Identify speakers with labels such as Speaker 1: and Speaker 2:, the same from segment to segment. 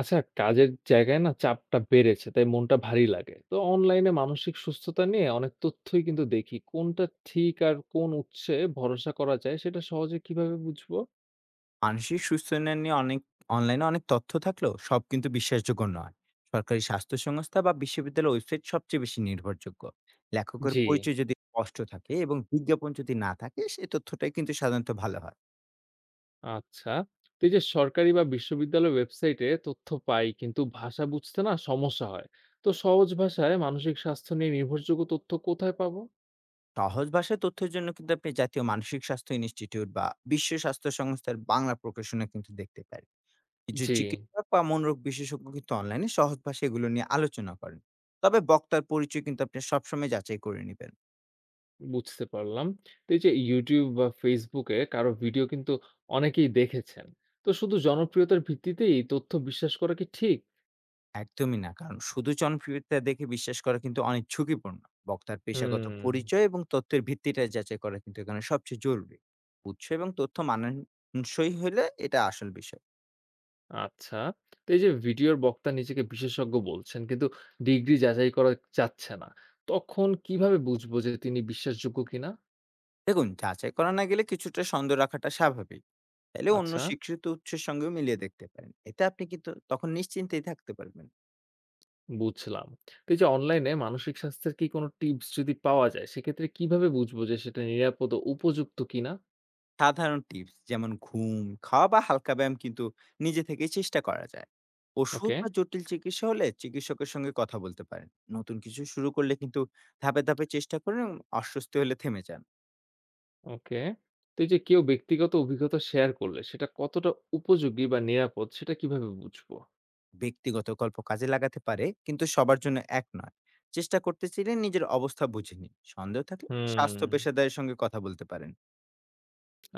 Speaker 1: আচ্ছা, কাজের জায়গায় না চাপটা বেড়েছে, তাই মনটা ভারী লাগে। তো অনলাইনে মানসিক সুস্থতা নিয়ে অনেক তথ্যই কিন্তু দেখি, কোনটা ঠিক আর কোন উৎসে ভরসা করা যায় সেটা সহজে কিভাবে বুঝবো?
Speaker 2: মানসিক সুস্থতা নিয়ে অনেক অনলাইনে অনেক তথ্য থাকলেও সব কিন্তু বিশ্বাসযোগ্য নয়। সরকারি স্বাস্থ্য সংস্থা বা বিশ্ববিদ্যালয়ের ওয়েবসাইট সবচেয়ে বেশি নির্ভরযোগ্য। লেখকের
Speaker 1: জি।
Speaker 2: পরিচয় যদি স্পষ্ট থাকে এবং বিজ্ঞাপন যদি না থাকে, সে তথ্যটাই কিন্তু সাধারণত ভালো হয়।
Speaker 1: আচ্ছা। তো এই যে সরকারি বা বিশ্ববিদ্যালয় ওয়েবসাইটে তথ্য পাই কিন্তু ভাষা বুঝতে না সমস্যা হয়। তো সহজ ভাষায় মানসিক স্বাস্থ্য নিয়ে নির্ভরযোগ্য তথ্য কোথায় পাবো?
Speaker 2: সহজ ভাষায় তথ্যের জন্য কিন্তু আপনি জাতীয় মানসিক স্বাস্থ্য ইনস্টিটিউট বা বিশ্ব স্বাস্থ্য সংস্থার বাংলা প্রকাশনা কিন্তু দেখতে পারেন। কিছু
Speaker 1: জি,
Speaker 2: চিকিৎসক বা মনোরোগ বিশেষজ্ঞ কিন্তু অনলাইনে সহজ ভাষায় এগুলো নিয়ে আলোচনা করেন। তবে বক্তার পরিচয় কিন্তু আপনি সবসময় যাচাই করে নেবেন।
Speaker 1: বুঝতে পারলাম। তো এই যে YouTube বা Facebook এ কারো ভিডিও কিন্তু অনেকেই দেখেছেন। তো শুধু জনপ্রিয়তার ভিত্তিতেই এই তথ্য বিশ্বাস করা কি ঠিক?
Speaker 2: একদমই না। কারণ শুধু জনপ্রিয়তা দেখে বিশ্বাস করা কিন্তু অনেক ঝুঁকিপূর্ণ। বক্তার পেশাগত
Speaker 1: হুম,
Speaker 2: পরিচয় এবং তথ্যের ভিত্তিটা যাচাই করা কিন্তু এখানে সবচেয়ে জরুরি। উৎস এবং তথ্য মানানসই হলে এটা আসল বিষয়।
Speaker 1: আচ্ছা। তো এই যে ভিডিওর বক্তা নিজেকে বিশেষজ্ঞ বলছেন কিন্তু ডিগ্রি যাচাই করা যাচ্ছে না। তখন কিভাবে বুঝবো যে তিনি বিশ্বাসযোগ্য কিনা?
Speaker 2: দেখুন, যাচাই করা না গেলে কিছুটা সন্দেহ রাখাটা স্বাভাবিক। তাইলে অন্য
Speaker 1: আচ্ছা,
Speaker 2: স্বীকৃত উৎসের সঙ্গেও মিলিয়ে দেখতে পারেন। এতে আপনি কিন্তু তখন নিশ্চিন্তেই থাকতে পারবেন।
Speaker 1: বুঝলাম। তো এই যে অনলাইনে মানসিক স্বাস্থ্যের কি কোনো টিপস যদি পাওয়া যায়, সেক্ষেত্রে কিভাবে বুঝবো যে সেটা নিরাপদ ও উপযুক্ত কিনা?
Speaker 2: সাধারণ টিপস যেমন ঘুম, খাওয়া বা হালকা ব্যায়াম কিন্তু নিজে থেকেই চেষ্টা করা যায়। ওষুধ
Speaker 1: ওকে।
Speaker 2: বা জটিল চিকিৎসা হলে চিকিৎসকের সঙ্গে কথা বলতে পারেন। নতুন কিছু শুরু করলে কিন্তু ধাপে, ধাপে চেষ্টা করুন এবং অস্বস্তি হলে থেমে যান।
Speaker 1: ওকে। তো এই যে কেউ ব্যক্তিগত অভিজ্ঞতা শেয়ার করলে সেটা কতটা উপযোগী বা নিরাপদ সেটা কিভাবে বুঝবো?
Speaker 2: ব্যক্তিগত গল্প কাজে লাগাতে পারে কিন্তু সবার জন্য এক নয়। চেষ্টা করতে চাইলে নিজের অবস্থা বুঝে নিন। সন্দেহ থাকলে
Speaker 1: হুম।
Speaker 2: স্বাস্থ্য পেশাদারের সঙ্গে কথা বলতে পারেন।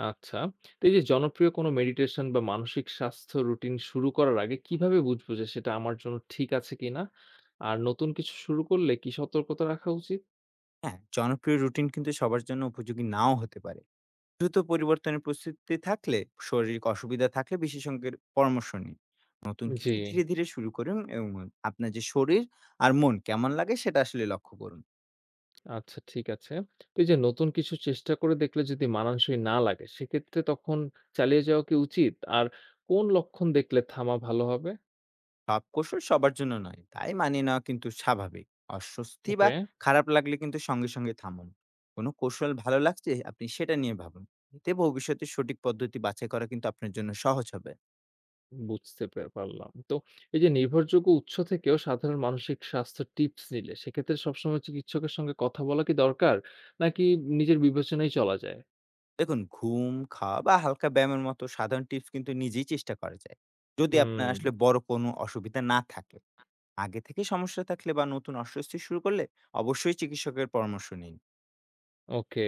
Speaker 1: আচ্ছা। তো এই যে জনপ্রিয় কোনো মেডিটেশন বা মানসিক স্বাস্থ্য রুটিন শুরু করার আগে কিভাবে বুঝবো যে সেটা আমার জন্য ঠিক আছে কিনা? আর নতুন কিছু শুরু করলে কি সতর্কতা রাখা উচিত?
Speaker 2: হ্যাঁ, জনপ্রিয় রুটিন কিন্তু সবার জন্য উপযোগী নাও হতে পারে। দ্রুত পরিবর্তনের প্রস্তুতি থাকলে শারীরিক অসুবিধা থাকলে বিশেষজ্ঞের পরামর্শ নিন। নতুন
Speaker 1: জি।
Speaker 2: কিছু ধীরে ধীরে শুরু করুন এবং আপনার যে শরীর আর মন কেমন লাগে সেটা আসলে লক্ষ্য করুন।
Speaker 1: আচ্ছা, ঠিক আছে। তো এই যে নতুন কিছু চেষ্টা করে দেখলে যদি মানানসই না লাগে সেক্ষেত্রে তখন চালিয়ে যাওয়া কি উচিত? আর কোন লক্ষণ দেখলে থামা ভালো হবে?
Speaker 2: সব কৌশল সবার জন্য নয়, তাই মানিয়ে নেওয়া কিন্তু স্বাভাবিক। অস্বস্তি বা
Speaker 1: ওকে।
Speaker 2: খারাপ লাগলে কিন্তু সঙ্গে সঙ্গে থামুন। কোনো কৌশল ভালো লাগছে আপনি সেটা নিয়ে ভাবুন। এতে ভবিষ্যতে সঠিক পদ্ধতি বাছাই করা কিন্তু আপনার জন্য সহজ হবে।
Speaker 1: বুঝতে পারলাম। তো এই যে নির্ভরযোগ্য উৎস থেকেও সাধারণ মানসিক স্বাস্থ্য টিপস নিলে সেক্ষেত্রে সবসময় চিকিৎসকের সঙ্গে কথা বলা কি দরকার? নাকি নিজের বিবেচনায় চলা যায়?
Speaker 2: দেখুন, ঘুম, খাওয়া বা হালকা ব্যায়ামের মতো সাধারণ টিপস কিন্তু নিজেই চেষ্টা করা যায়। যদি আপনার
Speaker 1: হুম,
Speaker 2: আসলে বড় কোনো অসুবিধা না থাকে। আগে থেকে সমস্যা থাকলে বা নতুন অস্বস্তি শুরু করলে অবশ্যই চিকিৎসকের পরামর্শ নিন।
Speaker 1: ওকে।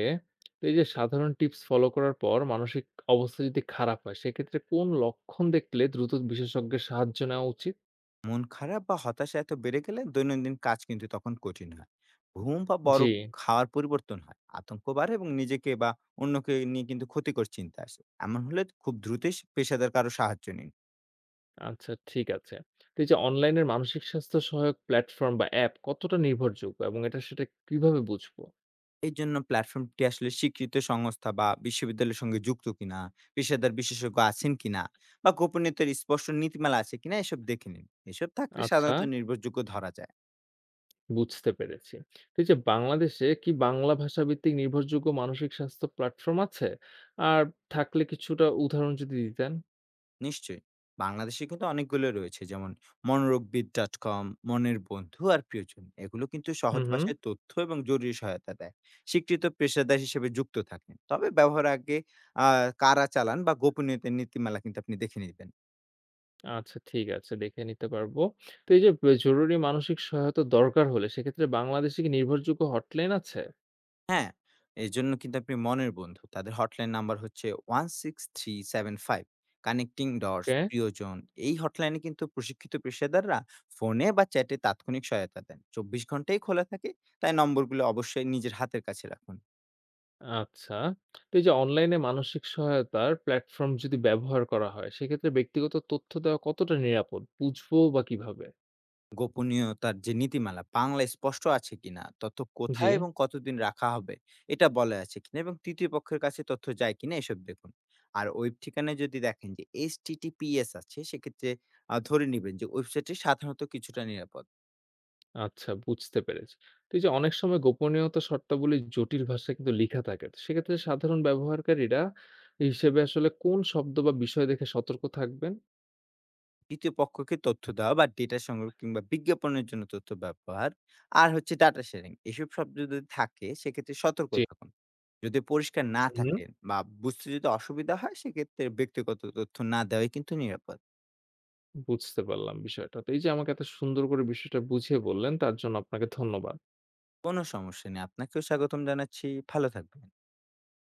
Speaker 1: তো এই যে সাধারণ টিপস ফলো করার পর মানসিক অবস্থা যদি খারাপ হয় সেক্ষেত্রে কোন লক্ষণ দেখলে দ্রুত বিশেষজ্ঞের সাহায্য নেওয়া উচিত?
Speaker 2: মন খারাপ বা হতাশা এত বেড়ে গেলে দৈনন্দিন কাজ কিন্তু তখন কঠিন হয়। ঘুম বা বড়
Speaker 1: জি,
Speaker 2: খাওয়ার পরিবর্তন হয়। আতঙ্ক বাড়ে এবং নিজেকে বা অন্যকে নিয়ে কিন্তু ক্ষতিকর চিন্তা আসে। এমন হলে খুব দ্রুতই পেশাদার কারো সাহায্য নিন।
Speaker 1: আচ্ছা, ঠিক আছে। তো এই যে অনলাইনের মানসিক স্বাস্থ্য সহায়ক প্ল্যাটফর্ম বা অ্যাপ কতটা নির্ভরযোগ্য এবং এটা সেটা কিভাবে বুঝবো?
Speaker 2: এর জন্য প্ল্যাটফর্মটি আসলে স্বীকৃত সংস্থা বা বিশ্ববিদ্যালয়ের সঙ্গে যুক্ত কিনা, পেশাদার বিশেষজ্ঞ আছেন কিনা, বা গোপনীয়তার স্পষ্ট নীতিমালা আছে কিনা এসব দেখে নিন। এসব থাকলে
Speaker 1: আচ্ছা।
Speaker 2: সাধারণত নির্ভরযোগ্য ধরা যায়।
Speaker 1: বুঝতে পেরেছি। তো এই যে বাংলাদেশে কি বাংলা ভাষাভিত্তিক নির্ভরযোগ্য মানসিক স্বাস্থ্য প্ল্যাটফর্ম আছে? আর থাকলে কিছুটা উদাহরণ যদি দিতেন?
Speaker 2: নিশ্চয়ই। বাংলাদেশে কিন্তু অনেকগুলো রয়েছে, যেমন মনোরোগবিদ.com, মনের বন্ধু আর প্রিয়জন। এগুলো কিন্তু
Speaker 1: হুম,
Speaker 2: সহজ
Speaker 1: হুম।
Speaker 2: ভাষায় তথ্য এবং জরুরি সহায়তা দেয়। স্বীকৃত পেশাদার হিসেবে যুক্ত থাকেন। তবে ব্যবহার আগে আ কারা চালান বা গোপনীয়তার নীতিমালা কিন্তু আপনি দেখে নিবেন।
Speaker 1: আচ্ছা ঠিক আছে, দেখে নিতে পারবো। তো এই যে জরুরি মানসিক সহায়তা দরকার হলে সেক্ষেত্রে বাংলাদেশে কি নির্ভরযোগ্য হটলাইন আছে?
Speaker 2: হ্যাঁ, এজন্য কিন্তু আপনি মনের বন্ধু। তাদের হটলাইন নাম্বার হচ্ছে 16375, কানেক্টিং ডটস,
Speaker 1: ওকে,
Speaker 2: প্রিয়জন। এই হটলাইনে কিন্তু প্রশিক্ষিত পেশাদাররা ফোনে বা চ্যাটে তাৎক্ষণিক সহায়তা দেন। ২৪ ঘন্টাই খোলা থাকে। তাই নম্বরগুলো অবশ্যই নিজের হাতের কাছে রাখুন।
Speaker 1: আচ্ছা। তো এই যে অনলাইনে মানসিক সহায়তার প্ল্যাটফর্ম যদি ব্যবহার করা হয় সেক্ষেত্রে ব্যক্তিগত তথ্য দেওয়া কতটা নিরাপদ? বুঝবো বা কিভাবে?
Speaker 2: গোপনীয়তার যে নীতিমালা বাংলায় স্পষ্ট আছে কিনা, তথ্য
Speaker 1: জি।
Speaker 2: কোথায় এবং কতদিন রাখা হবে এটা বলা আছে কিনা, এবং তৃতীয় পক্ষের কাছে তথ্য যায় কিনা এসব দেখুন। আর ওয়েব ঠিকানায় যদি দেখেন যে HTTPS আছে, সেক্ষেত্রে ধরে নেবেন যে ওয়েবসাইটটি সাধারণত কিছুটা নিরাপদ।
Speaker 1: আচ্ছা, বুঝতে পেরেছি। তো এই যে অনেক সময় গোপনীয়তা শর্তাবলী জটিল ভাষায় কিন্তু লিখা থাকে। তো সেক্ষেত্রে সাধারণ ব্যবহারকারীরা হিসেবে আসলে কোন শব্দ বা বিষয় দেখে সতর্ক থাকবেন?
Speaker 2: তৃতীয় পক্ষকে তথ্য দেওয়া বা ডেটা সংগ্রহ কিংবা বিজ্ঞাপনের জন্য তথ্য ব্যবহার, আর হচ্ছে ডাটা শেয়ারিং, এসব শব্দ যদি থাকে সেক্ষেত্রে সতর্ক
Speaker 1: জি।
Speaker 2: থাকুন। যদি পরিষ্কার না
Speaker 1: হুম।
Speaker 2: থাকে বা বুঝতে যদি অসুবিধা হয়, সেক্ষেত্রে ব্যক্তিগত তথ্য না দেওয়াই কিন্তু নিরাপদ।
Speaker 1: বুঝতে পারলাম বিষয়টা। তো এই যে আমাকে এত সুন্দর করে বিষয়টা বুঝিয়ে বললেন তার জন্য আপনাকে ধন্যবাদ।
Speaker 2: কোনো সমস্যা নেই। আপনাকেও স্বাগতম জানাচ্ছি। ভালো থাকবেন।